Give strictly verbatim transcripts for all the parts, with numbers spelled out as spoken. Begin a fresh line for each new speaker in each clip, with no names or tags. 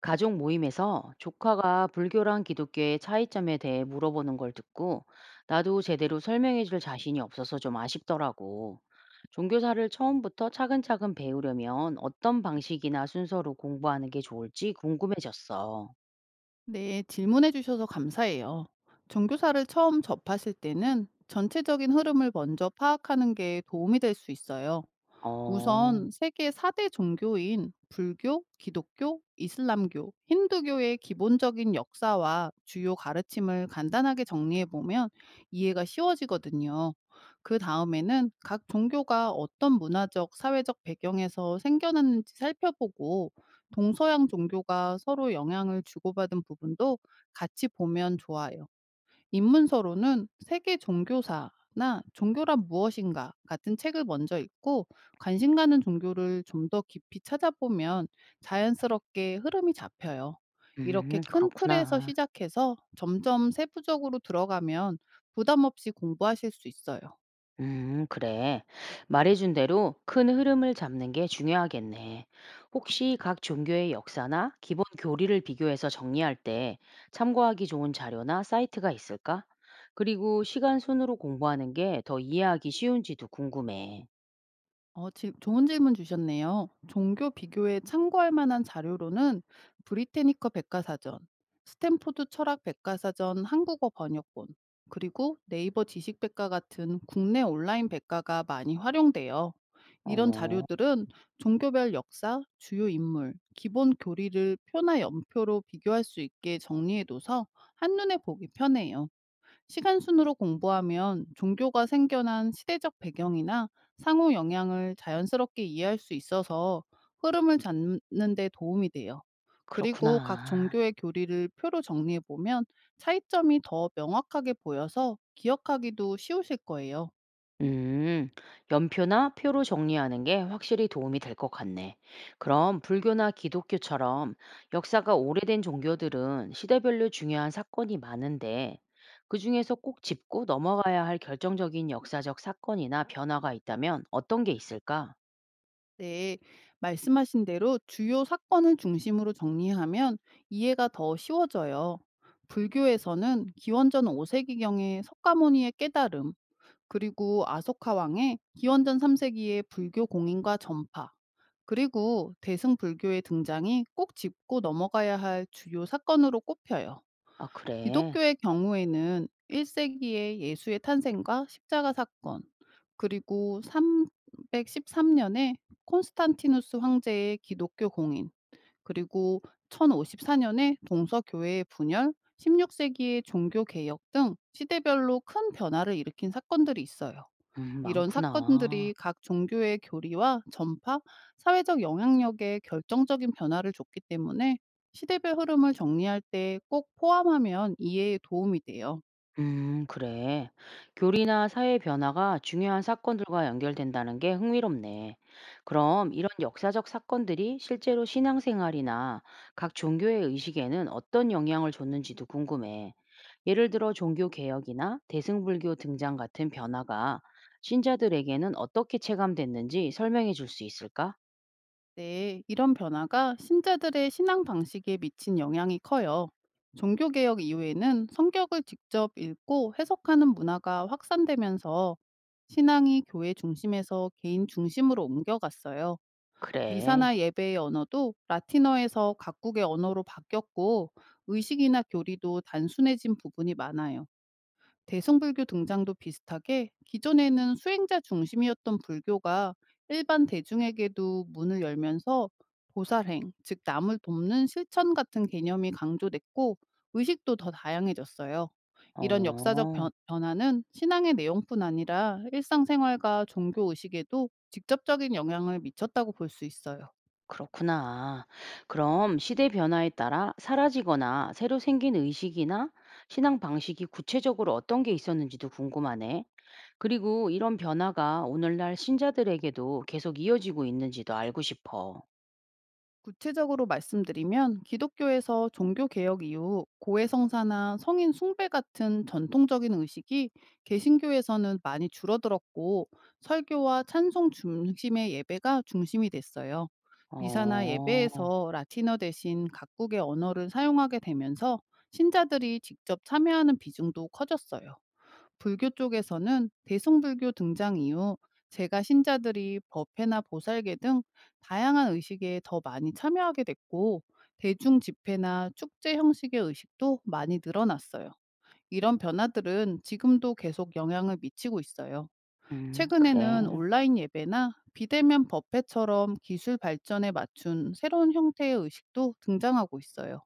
가족 모임에서 조카가 불교랑 기독교의 차이점에 대해 물어보는 걸 듣고 나도 제대로 설명해 줄 자신이 없어서 좀 아쉽더라고. 종교사를 처음부터 차근차근 배우려면 어떤 방식이나 순서로 공부하는 게 좋을지 궁금해졌어.
네, 질문해 주셔서 감사해요. 종교사를 처음 접하실 때는 전체적인 흐름을 먼저 파악하는 게 도움이 될 수 있어요.
어,
우선 세계 사 대 종교인 불교, 기독교, 이슬람교, 힌두교의 기본적인 역사와 주요 가르침을 간단하게 정리해 보면 이해가 쉬워지거든요. 그 다음에는 각 종교가 어떤 문화적, 사회적 배경에서 생겨났는지 살펴보고 동서양 종교가 서로 영향을 주고받은 부분도 같이 보면 좋아요. 입문서로는 세계 종교사나 종교란 무엇인가 같은 책을 먼저 읽고 관심 가는 종교를 좀 더 깊이 찾아보면 자연스럽게 흐름이 잡혀요. 이렇게
음,
큰 틀에서
그렇구나.
시작해서 점점 세부적으로 들어가면 부담 없이 공부하실 수 있어요.
음, 그래. 말해준 대로 큰 흐름을 잡는 게 중요하겠네. 혹시 각 종교의 역사나 기본 교리를 비교해서 정리할 때 참고하기 좋은 자료나 사이트가 있을까? 그리고 시간 순으로 공부하는 게 더 이해하기 쉬운지도 궁금해.
어, 질- 좋은 질문 주셨네요. 종교 비교에 참고할 만한 자료로는 브리테니커 백과사전, 스탠포드 철학 백과사전 한국어 번역본, 그리고 네이버 지식 백과 같은 국내 온라인 백과가 많이 활용돼요. 이런
어,
자료들은 종교별 역사, 주요 인물, 기본 교리를 표나 연표로 비교할 수 있게 정리해둬서 한눈에 보기 편해요. 시간 순으로 공부하면 종교가 생겨난 시대적 배경이나 상호 영향을 자연스럽게 이해할 수 있어서 흐름을 잡는 데 도움이 돼요. 그리고 각
그렇구나.
종교의 교리를 표로 정리해 보면 차이점이 더 명확하게 보여서 기억하기도 쉬우실 거예요.
음, 연표나 표로 정리하는 게 확실히 도움이 될 것 같네. 그럼 불교나 기독교처럼 역사가 오래된 종교들은 시대별로 중요한 사건이 많은데, 그중에서 꼭 짚고 넘어가야 할 결정적인 역사적 사건이나 변화가 있다면 어떤 게 있을까?
네, 말씀하신 대로 주요 사건을 중심으로 정리하면 이해가 더 쉬워져요. 불교에서는 기원전 오 세기경의 석가모니의 깨달음, 그리고 아소카 왕의 기원전 삼 세기의 불교 공인과 전파, 그리고 대승 불교의 등장이 꼭 짚고 넘어가야 할 주요 사건으로 꼽혀요.
아, 그래.
기독교의 경우에는 일 세기의 예수의 탄생과 십자가 사건, 그리고 삼백십삼 년에 콘스탄티누스 황제의 기독교 공인, 그리고 천오십사 년에 동서교회 분열, 십육 세기의 종교 개혁 등 시대별로 큰 변화를 일으킨 사건들이 있어요.
음,
이런
많구나.
사건들이 각 종교의 교리와 전파, 사회적 영향력에 결정적인 변화를 줬기 때문에 시대별 흐름을 정리할 때 꼭 포함하면 이해에 도움이 돼요.
음, 그래. 교리나 사회 변화가 중요한 사건들과 연결된다는 게 흥미롭네. 그럼 이런 역사적 사건들이 실제로 신앙생활이나 각 종교의 의식에는 어떤 영향을 줬는지도 궁금해. 예를 들어 종교 개혁이나 대승불교 등장 같은 변화가 신자들에게는 어떻게 체감됐는지 설명해 줄 수 있을까?
네, 이런 변화가 신자들의 신앙 방식에 미친 영향이 커요. 종교개혁 이후에는 성격을 직접 읽고 해석하는 문화가 확산되면서 신앙이 교회 중심에서 개인 중심으로 옮겨갔어요.
그래.
미사나 예배의 언어도 라틴어에서 각국의 언어로 바뀌었고 의식이나 교리도 단순해진 부분이 많아요. 대성불교 등장도 비슷하게 기존에는 수행자 중심이었던 불교가 일반 대중에게도 문을 열면서 보살행, 즉 남을 돕는 실천 같은 개념이 강조됐고 의식도 더 다양해졌어요. 이런 역사적
어.
변, 화는 신앙의 내용뿐 아니라 일상생활과 종교 의식에도 직접적인 영향을 미쳤다고 볼 수 있어요.
그렇구나. 그럼 시대 변화에 따라 사라지거나 새로 생긴 의식이나 신앙 방식이 구체적으로 어떤 게 있었는지도 궁금하네. 그리고 이런 변화가 오늘날 신자들에게도 계속 이어지고 있는지도 알고 싶어.
구체적으로 말씀드리면 기독교에서 종교개혁 이후 고해성사나 성인 숭배 같은 전통적인 의식이 개신교에서는 많이 줄어들었고 설교와 찬송 중심의 예배가 중심이 됐어요. 미사나
어,
예배에서 라틴어 대신 각국의 언어를 사용하게 되면서 신자들이 직접 참여하는 비중도 커졌어요. 불교 쪽에서는 대승불교 등장 이후 제가 신자들이 법회나 보살계 등 다양한 의식에 더 많이 참여하게 됐고 대중 집회나 축제 형식의 의식도 많이 늘어났어요. 이런 변화들은 지금도 계속 영향을 미치고 있어요.
음, 그래.
최근에는 온라인 예배나 비대면 법회처럼 기술 발전에 맞춘 새로운 형태의 의식도 등장하고 있어요.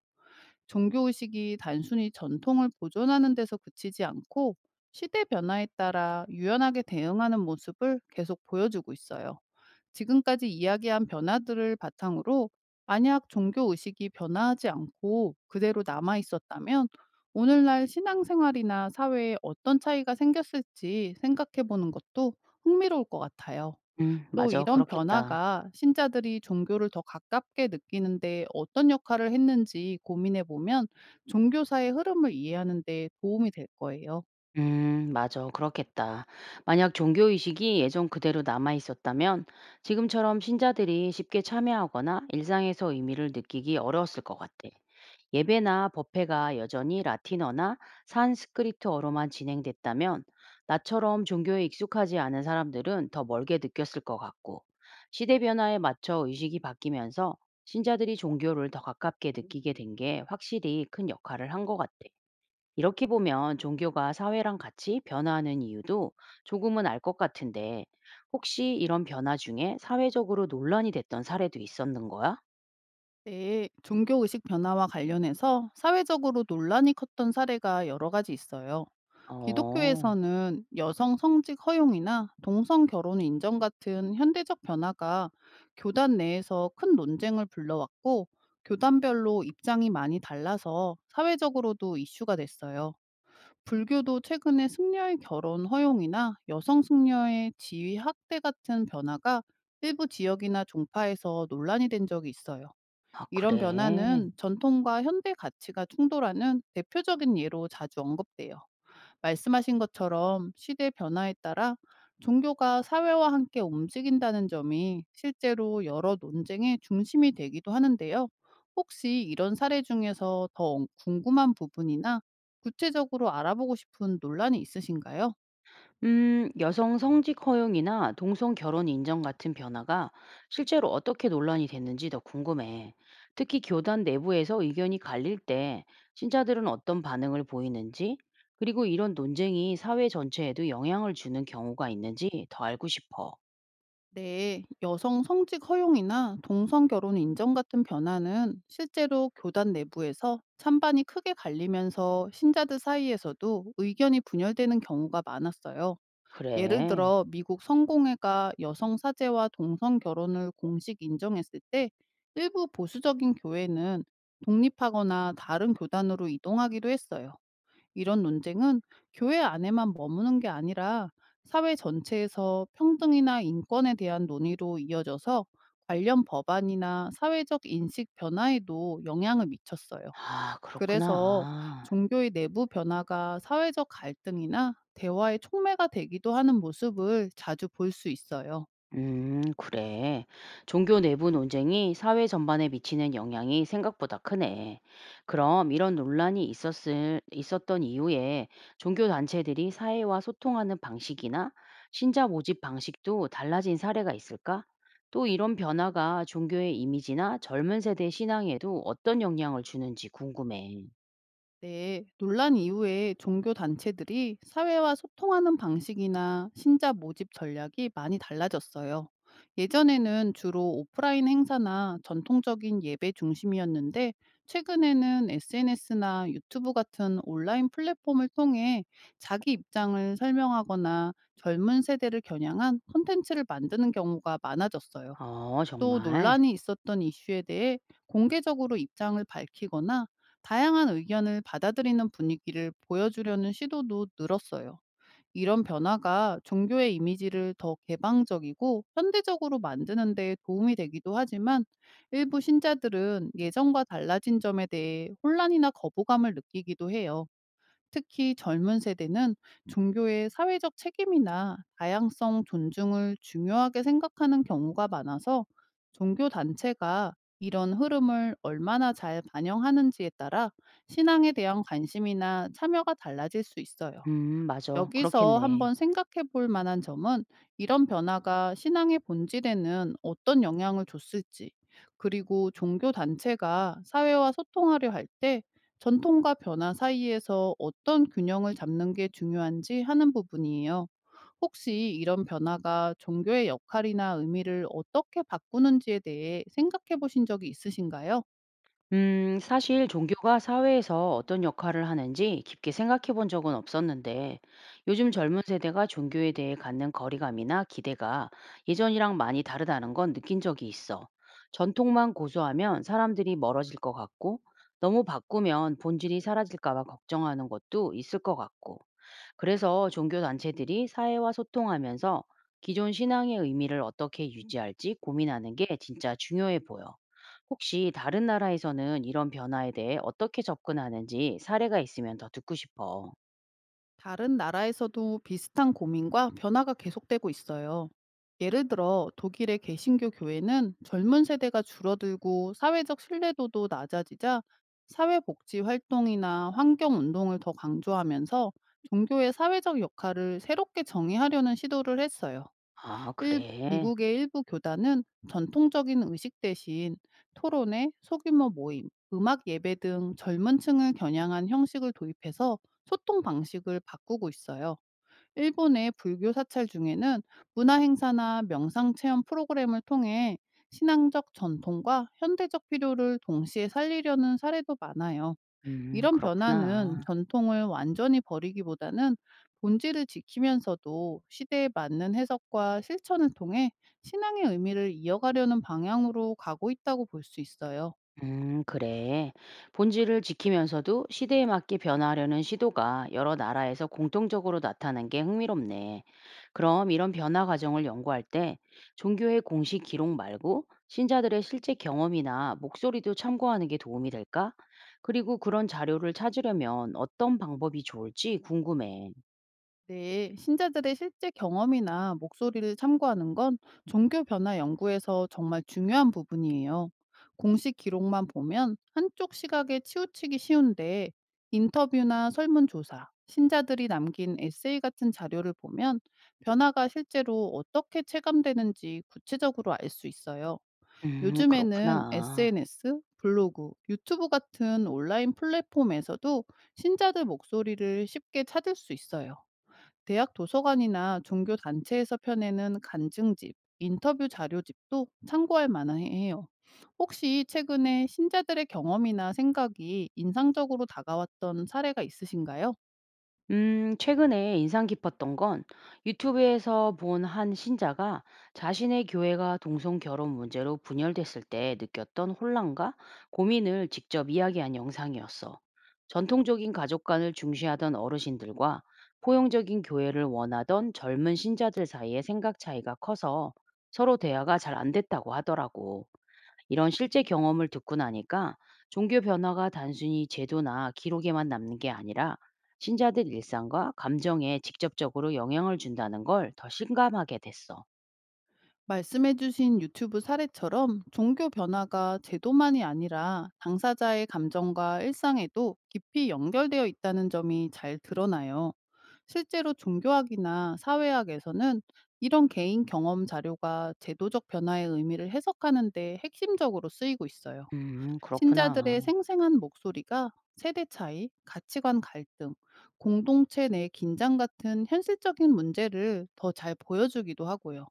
종교의식이 단순히 전통을 보존하는 데서 그치지 않고 시대 변화에 따라 유연하게 대응하는 모습을 계속 보여주고 있어요. 지금까지 이야기한 변화들을 바탕으로 만약 종교의식이 변화하지 않고 그대로 남아 있었다면 오늘날 신앙생활이나 사회에 어떤 차이가 생겼을지 생각해 보는 것도 흥미로울 것 같아요.
음,
또
맞아.
이런
그렇겠다.
변화가 신자들이 종교를 더 가깝게 느끼는데 어떤 역할을 했는지 고민해 보면 종교사의 흐름을 이해하는 데 도움이 될 거예요.
음, 맞아. 그렇겠다. 만약 종교의식이 예전 그대로 남아 있었다면 지금처럼 신자들이 쉽게 참여하거나 일상에서 의미를 느끼기 어려웠을 것 같아. 예배나 법회가 여전히 라틴어나 산스크리트어로만 진행됐다면 나처럼 종교에 익숙하지 않은 사람들은 더 멀게 느꼈을 것 같고 시대 변화에 맞춰 의식이 바뀌면서 신자들이 종교를 더 가깝게 느끼게 된 게 확실히 큰 역할을 한 것 같아. 이렇게 보면 종교가 사회랑 같이 변화하는 이유도 조금은 알 것 같은데, 혹시 이런 변화 중에 사회적으로 논란이 됐던 사례도 있었는 거야?
네, 종교의식 변화와 관련해서 사회적으로 논란이 컸던 사례가 여러 가지 있어요.
어,
기독교에서는 여성 성직 허용이나 동성 결혼 인정 같은 현대적 변화가 교단 내에서 큰 논쟁을 불러왔고, 교단별로 입장이 많이 달라서 사회적으로도 이슈가 됐어요. 불교도 최근에 승려의 결혼 허용이나 여성 승려의 지위 확대 같은 변화가 일부 지역이나 종파에서 논란이 된 적이 있어요.
아,
이런
그래.
변화는 전통과 현대 가치가 충돌하는 대표적인 예로 자주 언급돼요. 말씀하신 것처럼 시대 변화에 따라 종교가 사회와 함께 움직인다는 점이 실제로 여러 논쟁의 중심이 되기도 하는데요. 혹시 이런 사례 중에서 더 궁금한 부분이나 구체적으로 알아보고 싶은 논란이 있으신가요?
음, 여성 성직 허용이나 동성 결혼 인정 같은 변화가 실제로 어떻게 논란이 됐는지 더 궁금해. 특히 교단 내부에서 의견이 갈릴 때 신자들은 어떤 반응을 보이는지, 그리고 이런 논쟁이 사회 전체에도 영향을 주는 경우가 있는지 더 알고 싶어.
네, 여성 성직 허용이나 동성 결혼 인정 같은 변화는 실제로 교단 내부에서 찬반이 크게 갈리면서 신자들 사이에서도 의견이 분열되는 경우가 많았어요. 예를
그래.
들어 미국 성공회가 여성 사제와 동성 결혼을 공식 인정했을 때 일부 보수적인 교회는 독립하거나 다른 교단으로 이동하기도 했어요. 이런 논쟁은 교회 안에만 머무는 게 아니라 사회 전체에서 평등이나 인권에 대한 논의로 이어져서 관련 법안이나 사회적 인식 변화에도 영향을 미쳤어요.
아
그래서
그렇구나.
종교의 내부 변화가 사회적 갈등이나 대화의 촉매가 되기도 하는 모습을 자주 볼 수 있어요.
음 그래. 종교 내부 논쟁이 사회 전반에 미치는 영향이 생각보다 크네. 그럼 이런 논란이 있었을 있었던 이후에 종교 단체들이 사회와 소통하는 방식이나 신자 모집 방식도 달라진 사례가 있을까? 또 이런 변화가 종교의 이미지나 젊은 세대 신앙에도 어떤 영향을 주는지 궁금해.
네, 논란 이후에 종교 단체들이 사회와 소통하는 방식이나 신자 모집 전략이 많이 달라졌어요. 예전에는 주로 오프라인 행사나 전통적인 예배 중심이었는데, 최근에는 에스엔에스나 유튜브 같은 온라인 플랫폼을 통해 자기 입장을 설명하거나 젊은 세대를 겨냥한 콘텐츠를 만드는 경우가 많아졌어요.
어
또
정말?
논란이 있었던 이슈에 대해 공개적으로 입장을 밝히거나 다양한 의견을 받아들이는 분위기를 보여주려는 시도도 늘었어요. 이런 변화가 종교의 이미지를 더 개방적이고 현대적으로 만드는 데 도움이 되기도 하지만 일부 신자들은 예전과 달라진 점에 대해 혼란이나 거부감을 느끼기도 해요. 특히 젊은 세대는 종교의 사회적 책임이나 다양성 존중을 중요하게 생각하는 경우가 많아서 종교 단체가 이런 흐름을 얼마나 잘 반영하는지에 따라 신앙에 대한 관심이나 참여가 달라질 수 있어요.
음 맞아.
여기서
그렇겠네.
한번 생각해 볼 만한 점은 이런 변화가 신앙의 본질에는 어떤 영향을 줬을지, 그리고 종교 단체가 사회와 소통하려 할 때 전통과 변화 사이에서 어떤 균형을 잡는 게 중요한지 하는 부분이에요. 혹시 이런 변화가 종교의 역할이나 의미를 어떻게 바꾸는지에 대해 생각해 보신 적이 있으신가요?
음, 사실 종교가 사회에서 어떤 역할을 하는지 깊게 생각해 본 적은 없었는데, 요즘 젊은 세대가 종교에 대해 갖는 거리감이나 기대가 예전이랑 많이 다르다는 건 느낀 적이 있어. 전통만 고수하면 사람들이 멀어질 것 같고, 너무 바꾸면 본질이 사라질까 봐 걱정하는 것도 있을 것 같고. 그래서 종교 단체들이 사회와 소통하면서 기존 신앙의 의미를 어떻게 유지할지 고민하는 게 진짜 중요해 보여. 혹시 다른 나라에서는 이런 변화에 대해 어떻게 접근하는지 사례가 있으면 더 듣고 싶어.
다른 나라에서도 비슷한 고민과 변화가 계속되고 있어요. 예를 들어 독일의 개신교 교회는 젊은 세대가 줄어들고 사회적 신뢰도도 낮아지자 사회복지 활동이나 환경운동을 더 강조하면서 종교의 사회적 역할을 새롭게 정의하려는 시도를 했어요.
아,
일
그래.
미국의 일부 교단은 전통적인 의식 대신 토론회, 소규모 모임, 음악 예배 등 젊은 층을 겨냥한 형식을 도입해서 소통 방식을 바꾸고 있어요. 일본의 불교 사찰 중에는 문화 행사나 명상 체험 프로그램을 통해 신앙적 전통과 현대적 필요를 동시에 살리려는 사례도 많아요.
음,
이런 변화는
그렇구나.
전통을 완전히 버리기보다는 본질을 지키면서도 시대에 맞는 해석과 실천을 통해 신앙의 의미를 이어가려는 방향으로 가고 있다고 볼 수 있어요.
음, 그래. 본질을 지키면서도 시대에 맞게 변화하려는 시도가 여러 나라에서 공통적으로 나타난 게 흥미롭네. 그럼 이런 변화 과정을 연구할 때 종교의 공식 기록 말고 신자들의 실제 경험이나 목소리도 참고하는 게 도움이 될까? 그리고 그런 자료를 찾으려면 어떤 방법이 좋을지 궁금해.
네, 신자들의 실제 경험이나 목소리를 참고하는 건 종교 변화 연구에서 정말 중요한 부분이에요. 공식 기록만 보면 한쪽 시각에 치우치기 쉬운데 인터뷰나 설문조사, 신자들이 남긴 에세이 같은 자료를 보면 변화가 실제로 어떻게 체감되는지 구체적으로 알 수 있어요.
음,
요즘에는
그렇구나.
에스엔에스, 블로그, 유튜브 같은 온라인 플랫폼에서도 신자들 목소리를 쉽게 찾을 수 있어요. 대학 도서관이나 종교 단체에서 펴내는 간증집, 인터뷰 자료집도 참고할 만해요. 혹시 최근에 신자들의 경험이나 생각이 인상적으로 다가왔던 사례가 있으신가요?
음, 최근에 인상 깊었던 건 유튜브에서 본 한 신자가 자신의 교회가 동성 결혼 문제로 분열됐을 때 느꼈던 혼란과 고민을 직접 이야기한 영상이었어. 전통적인 가족관을 중시하던 어르신들과 포용적인 교회를 원하던 젊은 신자들 사이의 생각 차이가 커서 서로 대화가 잘 안 됐다고 하더라고. 이런 실제 경험을 듣고 나니까 종교 변화가 단순히 제도나 기록에만 남는 게 아니라 신자들 일상과 감정에 직접적으로 영향을 준다는 걸 더 실감하게 됐어.
말씀해주신 유튜브 사례처럼 종교 변화가 제도만이 아니라 당사자의 감정과 일상에도 깊이 연결되어 있다는 점이 잘 드러나요. 실제로 종교학이나 사회학에서는 이런 개인 경험 자료가 제도적 변화의 의미를 해석하는데 핵심적으로 쓰이고 있어요.
음,
신자들의
그렇구나.
생생한 목소리가 세대 차이, 가치관 갈등, 공동체 내 긴장 같은 현실적인 문제를 더 잘 보여주기도 하고요.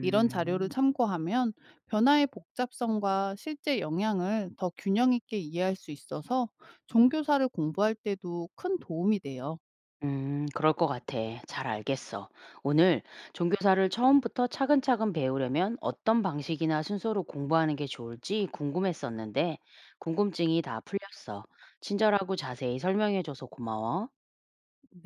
이런 자료를 참고하면 변화의 복잡성과 실제 영향을 더 균형 있게 이해할 수 있어서 종교사를 공부할 때도 큰 도움이 돼요.
음, 그럴 것 같아. 잘 알겠어. 오늘 종교사를 처음부터 차근차근 배우려면 어떤 방식이나 순서로 공부하는 게 좋을지 궁금했었는데 궁금증이 다 풀렸어. 친절하고 자세히 설명해줘서 고마워.
네.